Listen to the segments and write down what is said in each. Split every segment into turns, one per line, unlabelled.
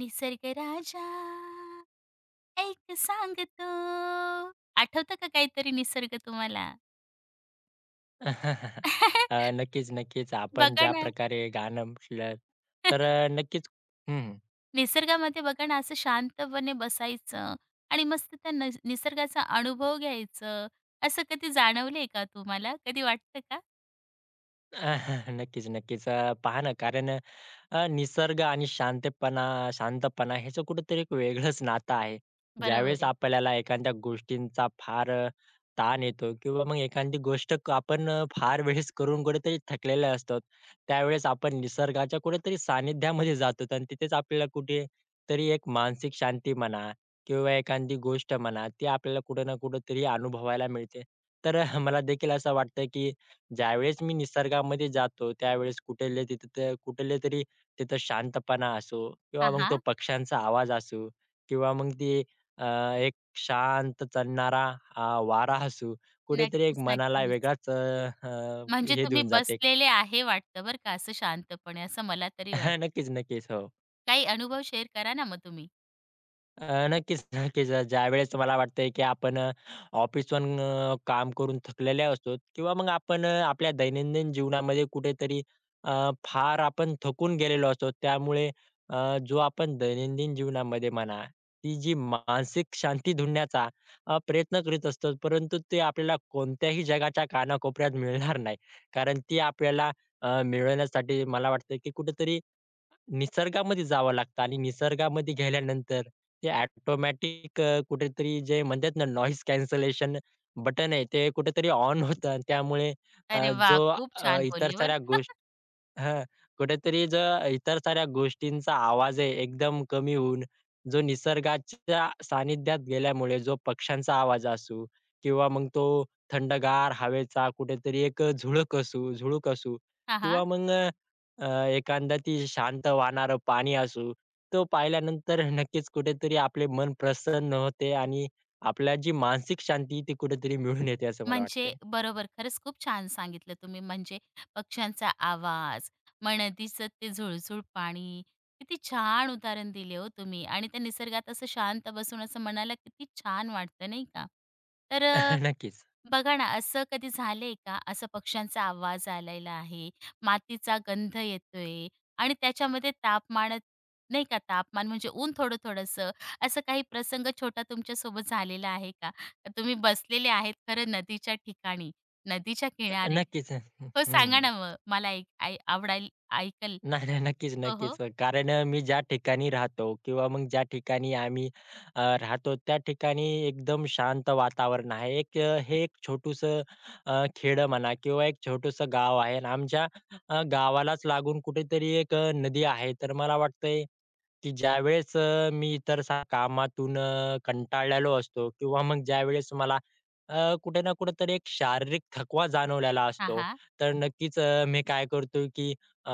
निसर्ग राजा ऐक सांगतो. आठवतं का काहीतरी निसर्ग तुम्हाला?
नक्कीच, नक्कीच. आपण
बघा
ज्या
ना.
प्रकारे गाणं म्हटलं तर नक्कीच हं.
निसर्गामध्ये बघा ना, असं शांतपणे बसायचं आणि मस्त त्या निसर्गाचा अनुभव घ्यायचं. असं कधी जाणवलंय का तुम्हाला? कधी वाटतं का?
नक्कीच, नक्कीच. पहा ना कारण निसर्ग आणि शांतपणा शांतपणा ह्याचं कुठेतरी एक वेगळंच नातं आहे.
बरोबर
ज्यावेळेस
आहे.
आपल्याला एखाद्या गोष्टींचा फार ताण येतो किंवा मग एखादी गोष्ट आपण फार वेळेस करून कुठेतरी थकलेले असतो. त्यावेळेस आपण निसर्गाच्या कुठेतरी सानिध्यामध्ये जातो आणि तिथेच आपल्याला कुठेतरी एक मानसिक शांती म्हणा किंवा एखादी गोष्ट म्हणा, ती आपल्याला कुठे ना कुठेतरी अनुभवायला मिळते. तर मला देखील असं वाटतं, की ज्यावेळेस मी निसर्गामध्ये जातो, त्यावेळेस कुठलेतरी तिथं शांतपणा असो किंवा
हां,
मग तो
हां.
पक्ष्यांचा आवाज असो किंवा मग ती अ, एक शांत चालणारा अ, वारा असो, कुठेतरी एक
नक्कीच,
मनाला
नक्कीच.
वेगळाच अ, अ,
म्हणजे
हे
तुम्ही
देऊन जाते.
बसलेले आहे वाटतं बरं का, असं शांतपणे असं मला तरी वाटतं.
नक्कीच, नक्कीच. हो.
काही अनुभव शेअर करा ना मग तुम्ही?
नक्कीच, नक्कीच. ज्यावेळेस मला वाटतंय, की आपण ऑफिसहून काम करून थकलेले असतो किंवा मग आपण आपल्या दैनंदिन जीवनामध्ये कुठेतरी फार आपण थकून गेलेलो असतो. त्यामुळे जो आपण दैनंदिन जीवनामध्ये म्हणा, ती जी मानसिक शांती धुंडण्याचा प्रयत्न करीत असतो, परंतु ते आपल्याला कोणत्याही जगाच्या कानाकोपऱ्यात मिळणार नाही. कारण ती आपल्याला मिळवण्यासाठी मला वाटतं, की कुठेतरी निसर्गामध्ये जावं लागतं आणि निसर्गामध्ये गेल्यानंतर ते ऑटोमॅटिक कुठेतरी जे म्हणतात ना नॉईज कॅन्सलेशन बटन आहे ते कुठेतरी ऑन होतं आणि त्यामुळे अ,
अरे वाह!
जो
खूप छान
इतर
बोलले बरं.
साऱ्या गोष्टी हां, कुठेतरी जो इतर साऱ्या गोष्टींचा आवाज आहे एकदम कमी होऊन, जो निसर्गाच्या सानिध्यात गेल्यामुळे जो पक्ष्यांचा आवाज असू किंवा मग तो थंडगार हवेचा कुठेतरी एक झुळूक असू
हां, हां.
किंवा मग एखादा ती शांत वाहणारं पाणी असू, तो पाहिल्यानंतर नक्कीच कुठेतरी आपले मन प्रसन्न होते आणि आपल्या जी मानसिक शांती ती कुठेतरी मिळून येते असं मला
म्हणजे
वाटतंय.
बरोबर, खरंच खूप छान सांगितलं तुम्ही. म्हणजे पक्ष्यांचा आवाज, मग नदीचं ते झुळझुळ पाणी, किती छान उदाहरण दिले हो तुम्ही आणि त्या निसर्गात असं शांत बसून असं मनाला किती छान वाटतं, नाही का? तर
नक्कीच.
बघा ना, असं कधी झालंय का? असं पक्ष्यांचा आवाज आलेला आहे, मातीचा गंध येतोय आणि त्याच्यामध्ये तापमान नाही का, तापमान म्हणजे ऊन थोडं-थोडंसं, असं काही प्रसंग छोटा तुमच्यासोबत झालेला आहे का? का तुम्ही बसलेले आहेत खरं नदीच्या ठिकाणी, नदीच्या किनारे.
नक्कीच.
हो,
हं,
सांगा ना मग? मला ऐक आय आवडायल ऐकल.
नाही, नाही. नक्कीच,
हो, हो.
नक्कीच. कारण मी ज्या ठिकाणी राहतो किंवा मग ज्या ठिकाणी आम्ही राहतो त्या ठिकाणी एकदम शांत वातावरण आहे. एक हे एक छोटूसं अ, म्हणा किंवा एक छोटूसं गाव आहे आणि आमच्या गावालाच लागून कुठेतरी एक नदी आहे. तर मला वाटतंय की ज्यावेळेस मी इतर सा कामातून कंटाळलेलो असतो किंवा मग ज्यावेळेस मला अ, कुठे ना कुठेतरी एक शारीरिक थकवा जाणवलेला
हां,
असतो,
हां.
तर नक्कीच मी काय करतो की अ,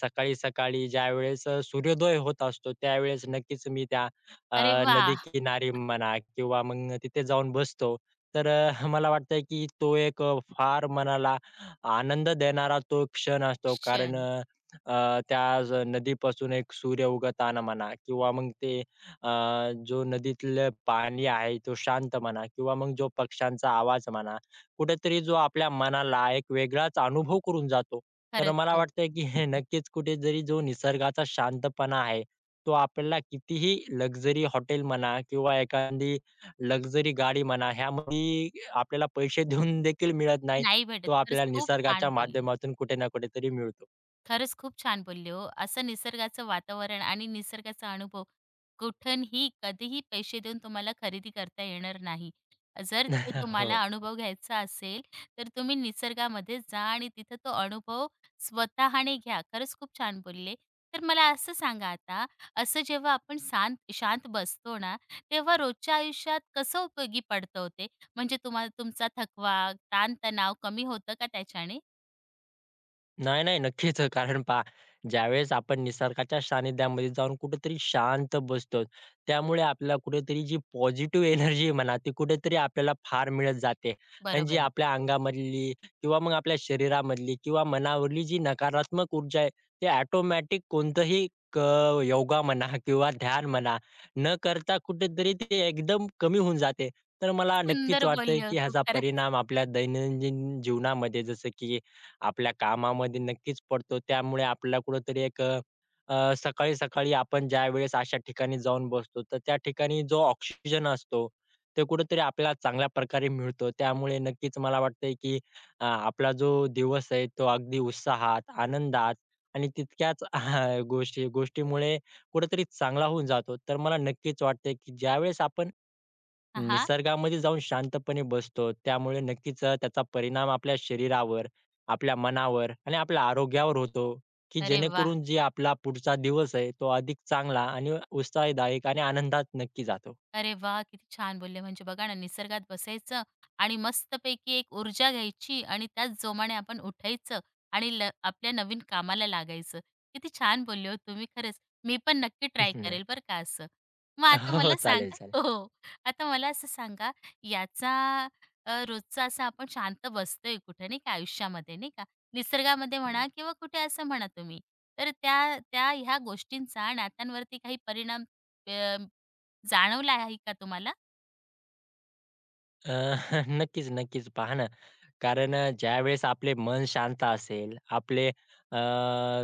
सकाळी-सकाळी ज्यावेळेस सूर्योदय होत असतो, त्यावेळेस नक्कीच मी त्या
अरे
अ,
वाह!
नदीकिनारी म्हणा किंवा मग तिथे जाऊन बसतो. तर मला वाटतं की तो एक फार मनाला आनंद देणारा तो क्षण असतो. कारण
क्षण.
त्या नदीपासून एक सूर्य उगवताना म्हणा किंवा मग ते अ, जो नदीतलं पाणी आहे तो शांत म्हणा किंवा मग जो पक्ष्यांचा आवाज म्हणा, कुठेतरी जो आपल्या मनाला एक वेगळाच अनुभव करून जातो. तर
खरंच
मला
हो.
वाटतंय की हे नक्कीच कुठेतरी जो निसर्गाचा शांतपणा आहे, तो आपल्याला कितीही लक्झरी हॉटेल म्हणा किंवा एखादी लक्झरी गाडी म्हणा, ह्यामध्ये आपल्याला पैसे देऊन देखील मिळत नाही.
नाही भेटत.
तो
खरंच
आपल्याला
खूप छान
निसर्गाच्या
बोलले.
माध्यमातून कुठे ना कुठेतरी मिळतो.
खरंच खूप छान बोलले हो. असं निसर्गाचं वातावरण आणि निसर्गाचा अनुभव कुठूनही, कधीही पैसे देऊन तुम्हाला खरेदी करता येणार नाही. जर ते तुम्हाला
हो.
अनुभव घ्यायचा असेल, तर तुम्ही निसर्गामध्ये जा आणि तिथं तो अनुभव स्वतःने घ्या. खरंच खूप छान बोलले. तर मला असं सांगा आता, असं जेव्हा आपण शांत शांत बसतो ना, तेव्हा रोजच्या आयुष्यात कसं उपयोगी पडतं हो म्हणजे तुम्हाला तुमचा थकवा, ताणतणाव कमी होतं का त्याच्याने?
नाही, नाही. नक्कीच. कारण पहा, ज्यावेळेस आपण निसर्गाच्या सानिध्यामध्ये जाऊन कुठेतरी शांत बसतो, त्यामुळे आपल्याला कुठेतरी जी पॉझिटिव्ह एनर्जी म्हणा, ती कुठेतरी आपल्याला फार मिळत जाते. आणि जी
बरोबर आहे.
आपल्या अंगामधली किंवा मग आपल्या शरीरामधली किंवा मनावरली जी नकारात्मक ऊर्जा आहे, ते ऑटोमॅटिक कोणतंही क योगा म्हणा किंवा ध्यान म्हणा, न करता कुठेतरी ते एकदम कमी होऊन जाते. तर
किती
मला नक्कीच
सुंदर
वाटतंय,
बोलले हो
की
तू
ह्याचा
खरंच.
परिणाम आपल्या दैनंदिन जीवनामध्ये जसं की आपल्या कामामध्ये नक्कीच पडतो. त्यामुळे आपल्याला कुठेतरी एक अ, अ, सकाळी-सकाळी आपण ज्यावेळेस अशा ठिकाणी जाऊन बसतो, तर त्या ठिकाणी जो ऑक्सिजन असतो, ते कुठेतरी आपल्याला चांगल्या प्रकारे मिळतो. त्यामुळे नक्कीच मला वाटतंय, की आपला जो दिवस आहे, तो अगदी उत्साहात, आनंदात आणि तितक्याच गोष्टीमुळे कुठेतरी चांगला होऊन जातो. तर मला नक्कीच वाटतंय, की ज्यावेळेस आपण
हां.
निसर्गामध्ये जाऊन शांतपणे बसतो. त्यामुळे नक्कीच त्याचा परिणाम आपल्या शरीरावर, आपल्या मनावर आणि आपल्या आरोग्यावर होतो, की
अरे वाह!
जेणेकरून जे आपला पुढचा दिवस आहे तो अधिक चांगला आणि उत्साहदायक आणि आनंदात नक्की जातो.
अरे वा, किती छान बोलले. म्हणजे बघा ना, निसर्गात बसायचं आणि मस्तपैकी एक ऊर्जा घ्यायची आणि त्याच जोमाने आपण उठायचं आणि आपल्या नवीन कामाला लागायचं. किती छान बोलले हो तुम्ही खरंच. मी पण नक्की ट्राय करेल बरं का असं. मग आता
हो, हो.
मला
चालेल,
सांगा.
चालेल.
हो, हो. आता मला असं सांगा, याचा रोजचा असा आपण शांत बसतोय कुठे नाही का आयुष्यामध्ये नाही का, निसर्गामध्ये म्हणा किंवा कुठे असं म्हणा तुम्ही. तर त्या त्या ह्या गोष्टींचा नात्यांवरती काही परिणाम जाणवला आहे का तुम्हाला?
अ, नक्कीच, नक्कीच. पहा ना, कारण ज्यावेळेस आपले मन शांत असेल, आपले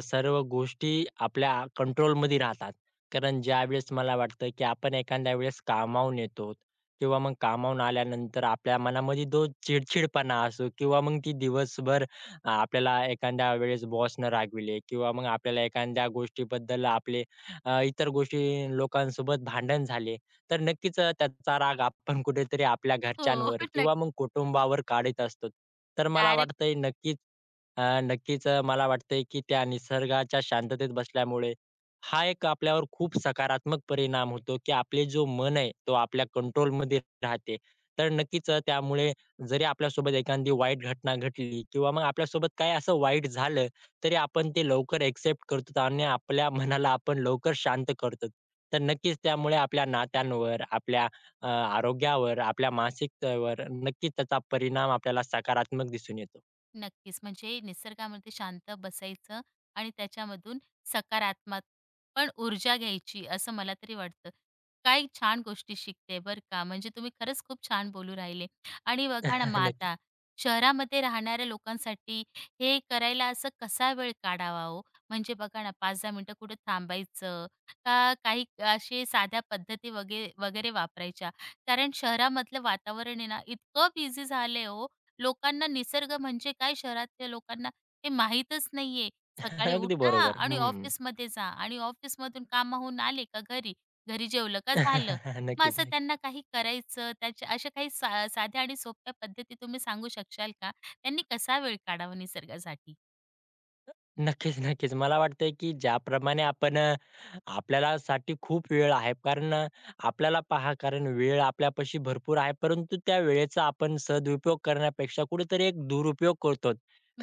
सर्व गोष्टी आपल्या कंट्रोलमध्ये राहतात. कारण ज्यावेळेस मला वाटतं, की आपण एखाद्या वेळेस कामावून येतो किंवा मग कामावून आल्यानंतर आपल्या मनामध्ये जो चिडचिडपणा असो किंवा मग ती दिवसभर आपल्याला एखाद्या वेळेस बॉसनं रागविले किंवा मग आपल्याला एखाद्या गोष्टीबद्दल आपले इतर गोष्टी लोकांसोबत भांडण झाले. तर नक्कीच त्याचा राग आपण कुठेतरी आपल्या
हो,
घरच्यांवर किंवा मग
नक्की.
कुटुंबावर काढीत असतो. तर मला
डायरेक्ट.
वाटतंय नक्कीच मला वाटतंय की त्या निसर्गाच्या शांततेत बसल्यामुळे हा एक आपल्यावर खूप सकारात्मक परिणाम होतो, की आपले जो मन आहे तो आपल्या कंट्रोलमध्ये राहते. तर नक्कीच त्यामुळे जरी आपल्यासोबत एखादी वाईट घटना घडली किंवा मग आपल्यासोबत काही असं वाईट झालं तरी आपण ते लवकर एक्सेप्ट करतो आणि आपल्या मनाला आपण लवकर शांत करतो. तर नक्कीच त्यामुळे आपल्या नात्यांवर, आपल्या आरोग्यावर, आपल्या मानसिकतेवर नक्कीच त्याचा परिणाम आपल्याला सकारात्मक दिसून येतो.
नक्कीच. म्हणजे निसर्गामध्ये शांत बसायचं आणि त्याच्यामधून सकारात्मक पण ऊर्जा घ्यायची असं मला तरी वाटतं. काय छान गोष्टी शिकते बरं का. म्हणजे तुम्ही खरंच खूप छान बोलू राहिले. आणि बघा ना मग
नक्कीच.
आता शहरामध्ये राहणाऱ्या लोकांसाठी हे करायला असं कसा वेळ काढावा हो? म्हणजे बघा ना 5-10 मिनिटं कुठं थांबायचं का काही असे साध्या पद्धती वगैरे वापरायच्या? कारण शहरामधलं वातावरण आहे ना इतकं बिझी झालंय हो. लोकांना निसर्ग म्हणजे काय शहरातल्या लोकांना हे माहीतच नाहीये. सकाळी
अगदी
उठा
बरोबर.
आणि
हं.
ऑफिसमध्ये जा आणि ऑफिसमधून कामाहून आले का घरी, घरी जेवलं का झालं. मग
नक्कीच,
असं
नक्कीच.
त्यांना काही करायचं, त्याच्या अशा काही साध्या आणि सोप्या पद्धती तुम्ही सांगू शकशाल का? त्यांनी कसा वेळ काढावा निसर्गासाठी?
नक्कीच, नक्कीच. मला वाटतंय की ज्याप्रमाणे आपण आपल्याला साठी खूप वेळ आहे. कारण आपल्याला पहा कारण वेळ आपल्यापाशी भरपूर आहे, परंतु त्या वेळेचा आपण सदुपयोग करण्यापेक्षा कुठेतरी एक दुरुपयोग करतो.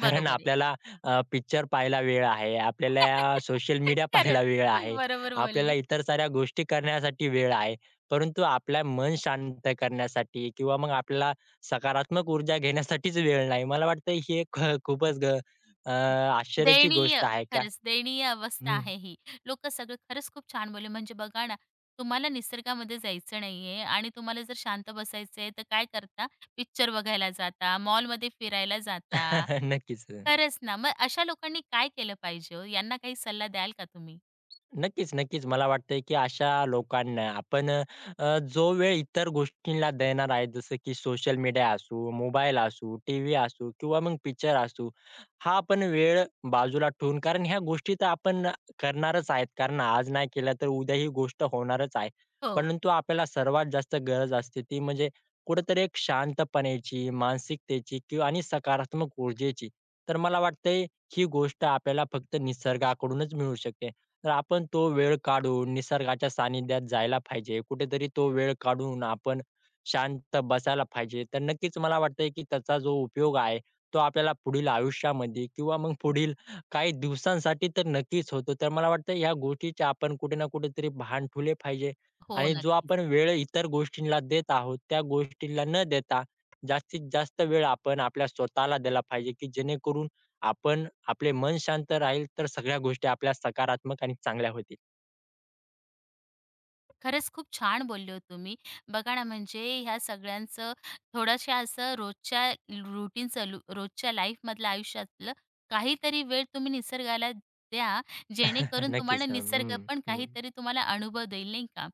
कारण
बरोबर आहे.
आपल्याला पिक्चर पाहायला वेळ आहे, आपल्याला सोशल मीडिया पाहायला
खरंच.
वेळ
हो,
आहे,
बरोबर
आपल्याला
बोलली.
इतर साऱ्या गोष्टी करण्यासाठी वेळ आहे. परंतु आपलं मन शांत करण्यासाठी किंवा मग आपल्याला सकारात्मक ऊर्जा घेण्यासाठीच वेळ नाही. मला वाटतं ही एक खूपच अ, आश्चर्याची
दयनीय,
गोष्ट आहे का?
खरंच दयनीय अवस्था
हं.
आहे ही. लोकं सगळं खरंच खूप छान बोलले. म्हणजे बघा ना, तुम्हाला निसर्गामध्ये जायचं नाहीये आणि तुम्हाला जर शांत बसायचंय, तर काय करता? पिक्चर बघायला जाता, मॉलमध्ये फिरायला जाता.
नक्कीच.
खरंच ना, मग अशा लोकांनी काय केलं पाहिजे हो? यांना काही सल्ला द्याल का तुम्ही?
नक्कीच, नक्कीच. मला वाटतंय, की अशा लोकांना आपण जो वेळ इतर गोष्टींना देणार आहे, जसं की सोशल मीडिया असू, मोबाईल असू, टीव्ही असू किंवा मग पिक्चर असू, हा आपण वेळ बाजूला ठेवून कारण ह्या गोष्टी तर आपण करणारच आहेत. कारण आज नाही केल्या तर उद्या ही गोष्ट होणारच आहे.
हो.
परंतु आपल्याला सर्वात जास्त गरज असते ती म्हणजे कुठेतरी एक शांतपणेची, मानसिकतेची किंवा आणि सकारात्मक ऊर्जेची. तर मला वाटतंय, ही गोष्ट आपल्याला फक्त निसर्गाकडूनच मिळू शकते. तर आपण तो वेळ काढून निसर्गाच्या सानिध्यात जायला पाहिजे. कुठेतरी तो वेळ काढून आपण शांत बसायला पाहिजे. तर नक्कीच मला वाटतंय, की त्याचा जो उपयोग आहे, तो आपल्याला पुढील आयुष्यामध्ये किंवा मग पुढील काही दिवसांसाठी तर नक्कीच होतो. तर मला वाटतं ह्या गोष्टीचे आपण कुठे ना कुठेतरी भान ठेवले पाहिजे
हो,
आणि जो
नक्कीच.
आपण वेळ इतर गोष्टींना देत आहोत, त्या गोष्टींना न देता जास्तीत जास्त वेळ आपण आपल्या स्वतःला दिला पाहिजे, की जेणेकरून आपण आपले मन शांत राहील, तर सगळ्या गोष्टी आपल्या सकारात्मक आणि चांगल्या होतील.
खरंच खूप छान बोलले हो तुम्ही. बघा ना, म्हणजे ह्या सगळ्यांचं थोडंशा असं रोजच्या रुटीनचं रोजच्या लाईफमधलं आयुष्यातलं काहीतरी वेळ तुम्ही निसर्गाला द्या, जेणेकरून
नक्कीच.
तुम्हाला
हं,
निसर्ग पण
हं,
काहीतरी तुम्हाला अनुभव देईल, नाही का?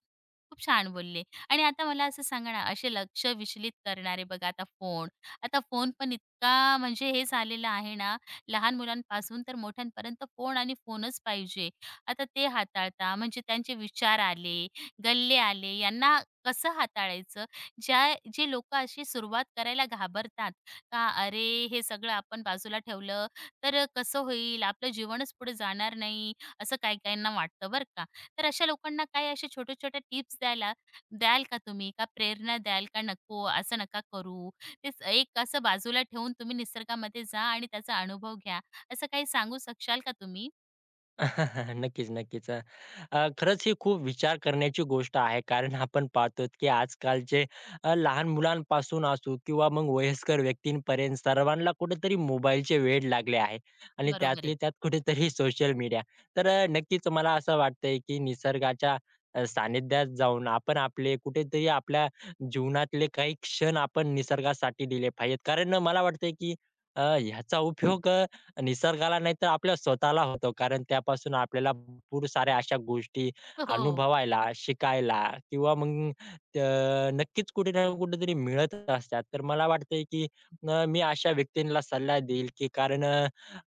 खूप छान बोलले. आणि आता मला असं सांगा ना, असे लक्ष विचलित करणारे बघा आता फोन. आता फोन पण इतका म्हणजे हे झालेलं आहे ना, लहान मुलांपासून तर मोठ्यांपर्यंत फोन आणि फोनच पाहिजे. आता ते हाताळता म्हणजे त्यांचे विचार आले गल्ले आले, यांना कसं हाताळायचं? जे लोकं अशी सुरुवात करायला घाबरतात का "अरे, हे सगळं आपण बाजूला ठेवलं तर कसं होईल? आपलं जीवनच पुढे जाणार नाही." असं काही-काहींना वाटतं बरं का. तर अशा लोकांना काही अशा छोट्या-छोट्या टिप्स द्याल का तुम्ही? का प्रेरणा द्याल का "नको, असं नका करू." तेच एक असं बाजूला ठेवून तुम्ही निसर्गामध्ये जा आणि त्याचा अनुभव घ्या. असं काही सांगू शकशाल का तुम्ही?
नक्कीच, नक्कीच. अ, अ, खरंच ही खूप विचार करण्याची गोष्ट आहे. कारण आपण पाहतो की आजकालचे लहान मुलांपासून असू किंवा मग वयस्कर व्यक्तींपर्यंत सर्वांना कुठेतरी मोबाईलचे वेड लागले आहे आणि
बरोबर
त्यातली
आहे.
त्यात कुठेतरी सोशल मीडिया. तर नक्कीच मला असं वाटतंय की निसर्गाच्या सानिध्यात जाऊन आपण आपले कुठेतरी आपल्या जीवनातले काही क्षण आपण निसर्गासाठी दिले पाहिजेत. कारण मला वाटतंय की ह्याचा उपयोग निसर्गाला नाही तर आपल्या स्वतःला होतो. कारण त्यापासून आपल्याला भरपूर साऱ्या अशा गोष्टी
हो, हो.
अनुभवायला, शिकायला किंवा मग नक्कीच कुठे ना कुठेतरी मिळत असतात. तर मला वाटतंय की मी अशा व्यक्तींना सल्ला देईल की कारण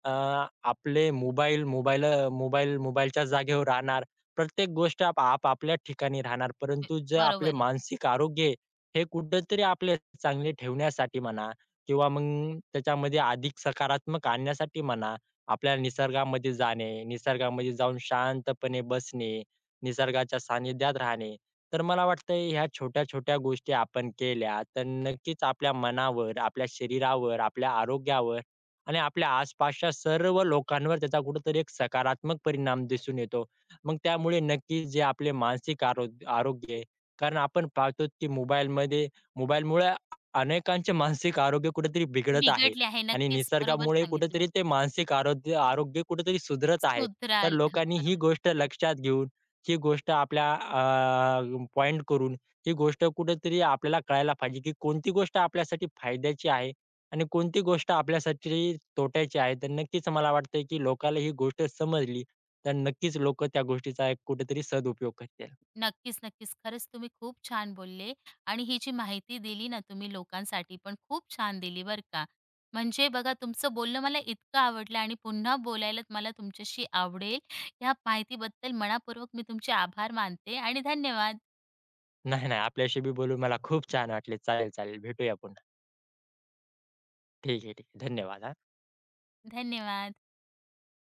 आपले मोबाईल मोबाईल मोबाईल मोबाईलच्या जागेवर राहणार. प्रत्येक गोष्ट आपापल्या ठिकाणी राहणार.
हो.
परंतु जे
बरोबर
आपले
आहे.
मानसिक आरोग्य आहे, हे कुठेतरी आपले चांगले ठेवण्यासाठी म्हणा किंवा मग त्याच्यामध्ये अधिक सकारात्मक आणण्यासाठी म्हणा, आपल्याला निसर्गामध्ये जाणे, निसर्गामध्ये जाऊन शांतपणे बसणे, निसर्गाच्या सानिध्यात राहणे. तर मला वाटतंय ह्या छोट्या-छोट्या गोष्टी आपण केल्या, तर नक्कीच आपल्या मनावर, आपल्या शरीरावर, आपल्या आरोग्यावर आणि आपल्या आसपासच्या सर्व लोकांवर त्याचा कुठेतरी एक सकारात्मक परिणाम दिसून येतो. मग त्यामुळे नक्कीच जे आपले मानसिक आरोग्य आहे, कारण आपण पाहतो की मोबाईलमुळे अनेकांचे मानसिक आरोग्य कुठेतरी बिघडत आहे
बिघडले आहे.
आणि
नक्कीच, बरोबर
निसर्गामुळे
सांगितलं.
कुठेतरी ते मानसिक आरोग्य आरोग्य कुठेतरी सुधरत आहे. तर
सुधराल हं,
लोकांनी ही
बरोबर.
गोष्ट लक्षात घेऊन, ही गोष्ट आपल्या पॉइंट करून ही गोष्ट कुठेतरी आपल्याला कळायला पाहिजे, की कोणती गोष्ट आपल्यासाठी फायद्याची आहे आणि कोणती गोष्ट आपल्यासाठी तोट्याची आहे. तर नक्कीच मला वाटतंय, की लोकाला ही गोष्ट समजली, तर नक्कीच लोकं त्या गोष्टीचा एक कुठेतरी सदुपयोग करतील.
नक्कीच, नक्कीच. खरंच तुम्ही खूप छान बोलले आणि ही जी माहिती दिली ना तुम्ही लोकांसाठी पण खूप छान दिली बरं का. म्हणजे बघा तुमचं बोलणं मला इतकं आवडलं आणि पुन्हा बोलायला मला तुमच्याशी आवडेल. ह्या माहितीबद्दल मनापूर्वक मी तुमचे आभार मानते आणि धन्यवाद.
नाही, नाही. आपल्याशी बोलून मला खूप छान वाटले. चालेल, चालेल. भेटूया पुन्हा. ठीक आहे, ठीक आहे. धन्यवाद, हां.
धन्यवाद.